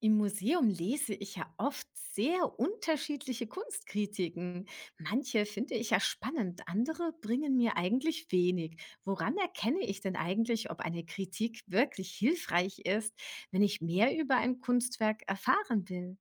Im Museum lese ich ja oft sehr unterschiedliche Kunstkritiken. Manche finde ich ja spannend, andere bringen mir eigentlich wenig. Woran erkenne ich denn eigentlich, ob eine Kritik wirklich hilfreich ist, wenn ich mehr über ein Kunstwerk erfahren will?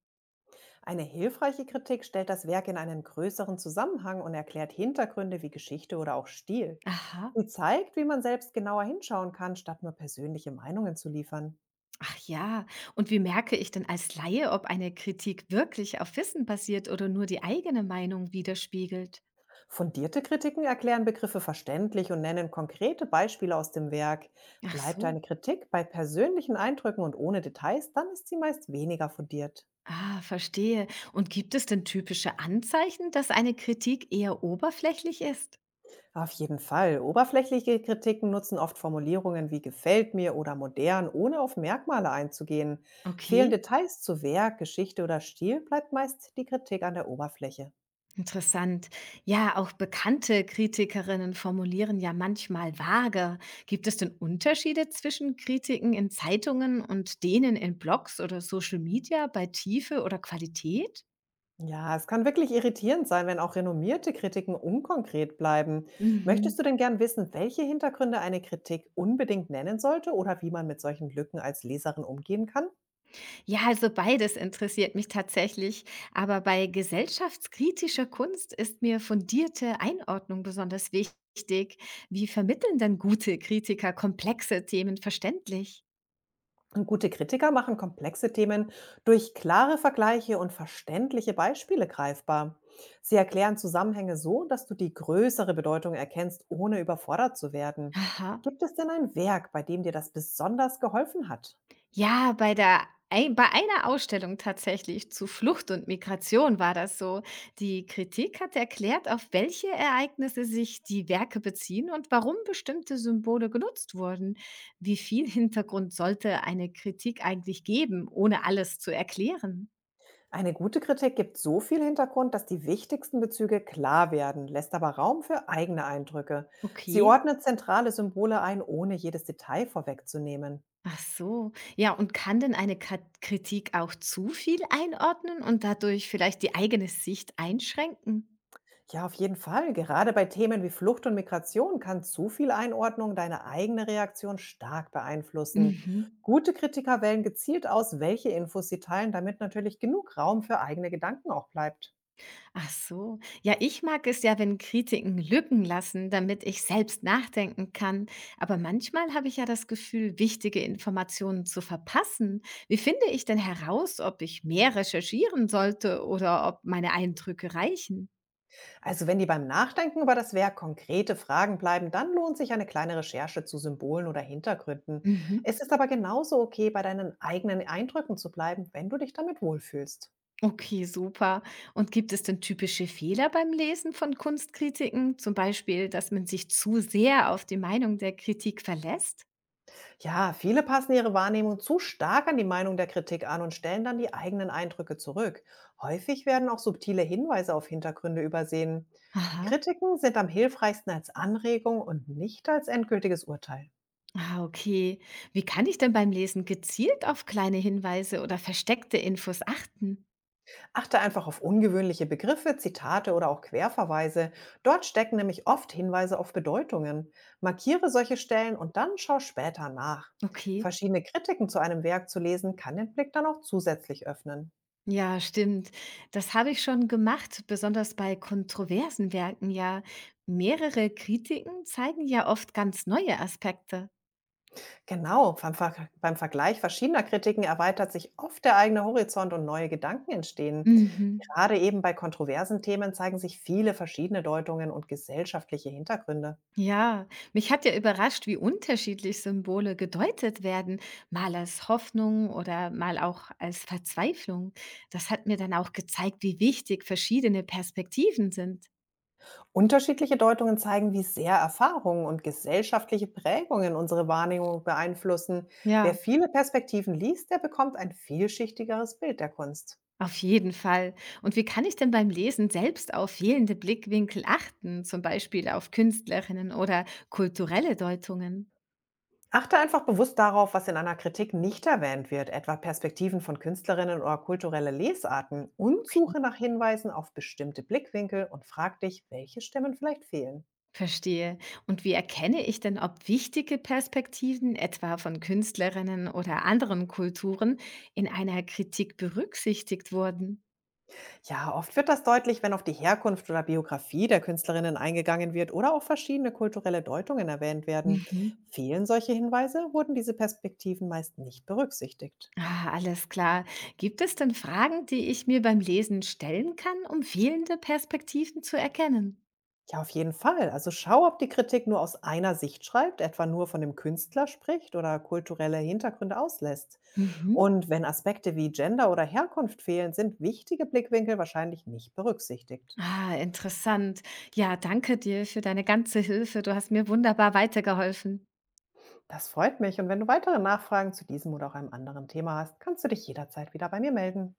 Eine hilfreiche Kritik stellt das Werk in einen größeren Zusammenhang und erklärt Hintergründe wie Geschichte oder auch Stil. Aha. Sie zeigt, wie man selbst genauer hinschauen kann, statt nur persönliche Meinungen zu liefern. Ach ja, und wie merke ich denn als Laie, ob eine Kritik wirklich auf Wissen basiert oder nur die eigene Meinung widerspiegelt? Fundierte Kritiken erklären Begriffe verständlich und nennen konkrete Beispiele aus dem Werk. Ach Bleibt so. eine Kritik bei persönlichen Eindrücken und ohne Details, dann ist sie meist weniger fundiert. Ah, verstehe. Und gibt es denn typische Anzeichen, dass eine Kritik eher oberflächlich ist? Auf jeden Fall. Oberflächliche Kritiken nutzen oft Formulierungen wie gefällt mir oder modern, ohne auf Merkmale einzugehen. Fehlen Okay, Details zu Werk, Geschichte oder Stil, bleibt meist die Kritik an der Oberfläche. interessant. Ja, auch bekannte Kritikerinnen formulieren ja manchmal vage. Gibt es denn Unterschiede zwischen Kritiken in Zeitungen und denen in Blogs oder Social Media bei Tiefe oder Qualität? Ja, es kann wirklich irritierend sein, wenn auch renommierte Kritiken unkonkret bleiben. Möchtest Mhm. du denn gern wissen, welche Hintergründe eine Kritik unbedingt nennen sollte oder wie man mit solchen Lücken als Leserin umgehen kann? Ja, also beides interessiert mich tatsächlich, aber bei gesellschaftskritischer Kunst ist mir fundierte Einordnung besonders wichtig. Wie vermitteln denn gute Kritiker komplexe Themen verständlich? Und gute Kritiker machen komplexe Themen durch klare Vergleiche und verständliche Beispiele greifbar. Sie erklären Zusammenhänge so, dass du die größere Bedeutung erkennst, ohne überfordert zu werden. Aha. Gibt es denn ein Werk, bei dem dir das besonders geholfen hat? Ja, bei der ei bei einer Ausstellung tatsächlich zu Flucht und Migration war das so. Die Kritik hat erklärt, auf welche Ereignisse sich die Werke beziehen und warum bestimmte Symbole genutzt wurden. Wie viel Hintergrund sollte eine Kritik eigentlich geben, ohne alles zu erklären? Eine gute Kritik gibt so viel Hintergrund, dass die wichtigsten Bezüge klar werden, lässt aber Raum für eigene Eindrücke. Sie Okay. ordnet zentrale Symbole ein, ohne jedes Detail vorwegzunehmen. Ach so. Ja, und kann denn eine Kat Kritik auch zu viel einordnen und dadurch vielleicht die eigene Sicht einschränken? Ja, auf jeden Fall. Gerade bei Themen wie Flucht und Migration kann zu viel Einordnung deine eigene Reaktion stark beeinflussen. Mhm. Gute Kritiker wählen gezielt aus, welche Infos sie teilen, damit natürlich genug Raum für eigene Gedanken auch bleibt. Ach so. Ja, ich mag es ja, wenn Kritiken Lücken lassen, damit ich selbst nachdenken kann. Aber manchmal habe ich ja das Gefühl, wichtige Informationen zu verpassen. Wie finde ich denn heraus, ob ich mehr recherchieren sollte oder ob meine Eindrücke reichen? Also wenn dir beim Nachdenken über das Werk konkrete Fragen bleiben, dann lohnt sich eine kleine Recherche zu Symbolen oder Hintergründen. Mhm. Es ist aber genauso okay, bei deinen eigenen Eindrücken zu bleiben, wenn du dich damit wohlfühlst. Okay, super. Und gibt es denn typische Fehler beim Lesen von Kunstkritiken? Zum Beispiel, dass man sich zu sehr auf die Meinung der Kritik verlässt? Ja, viele passen ihre Wahrnehmung zu stark an die Meinung der Kritik an und stellen dann die eigenen Eindrücke zurück. Häufig werden auch subtile Hinweise auf Hintergründe übersehen. Aha. Kritiken sind am hilfreichsten als Anregung und nicht als endgültiges Urteil. Ah, okay. Wie kann ich denn beim Lesen gezielt auf kleine Hinweise oder versteckte Infos achten? Achte einfach auf ungewöhnliche Begriffe, Zitate oder auch Querverweise. Dort stecken nämlich oft Hinweise auf Bedeutungen. Markiere solche Stellen und dann schau später nach. Okay. Verschiedene Kritiken zu einem Werk zu lesen, kann den Blick dann auch zusätzlich öffnen. Ja, stimmt. Das habe ich schon gemacht, besonders bei kontroversen Werken ja. Mehrere Kritiken zeigen ja oft ganz neue Aspekte. Genau, beim Vergleich verschiedener Kritiken erweitert sich oft der eigene Horizont und neue Gedanken entstehen. Mhm. Gerade eben bei kontroversen Themen zeigen sich viele verschiedene Deutungen und gesellschaftliche Hintergründe. Ja, mich hat ja überrascht, wie unterschiedlich Symbole gedeutet werden, mal als Hoffnung oder mal auch als Verzweiflung. Das hat mir dann auch gezeigt, wie wichtig verschiedene Perspektiven sind. Unterschiedliche Deutungen zeigen, wie sehr Erfahrungen und gesellschaftliche Prägungen unsere Wahrnehmung beeinflussen. Wer Ja. viele Perspektiven liest, der bekommt ein vielschichtigeres Bild der Kunst. Auf jeden Fall. Und wie kann ich denn beim Lesen selbst auf fehlende Blickwinkel achten, zum Beispiel auf Künstlerinnen oder kulturelle Deutungen? Achte einfach bewusst darauf, was in einer Kritik nicht erwähnt wird, etwa Perspektiven von Künstlerinnen oder kulturelle Lesarten, und Okay. suche nach Hinweisen auf bestimmte Blickwinkel und frag dich, welche Stimmen vielleicht fehlen. Verstehe. Und wie erkenne ich denn, ob wichtige Perspektiven, etwa von Künstlerinnen oder anderen Kulturen, in einer Kritik berücksichtigt wurden? Ja, oft wird das deutlich, wenn auf die Herkunft oder Biografie der Künstlerinnen eingegangen wird oder auch verschiedene kulturelle Deutungen erwähnt werden. Mhm. Fehlen solche Hinweise, wurden diese Perspektiven meist nicht berücksichtigt. Ah, alles klar. Gibt es denn Fragen, die ich mir beim Lesen stellen kann, um fehlende Perspektiven zu erkennen? Ja, auf jeden Fall. Also schau, ob die Kritik nur aus einer Sicht schreibt, etwa nur von dem Künstler spricht oder kulturelle Hintergründe auslässt. Mhm. Und wenn Aspekte wie Gender oder Herkunft fehlen, sind wichtige Blickwinkel wahrscheinlich nicht berücksichtigt. Ah, interessant. Ja, danke dir für deine ganze Hilfe. Du hast mir wunderbar weitergeholfen. Das freut mich und wenn du weitere Nachfragen zu diesem oder auch einem anderen Thema hast, kannst du dich jederzeit wieder bei mir melden.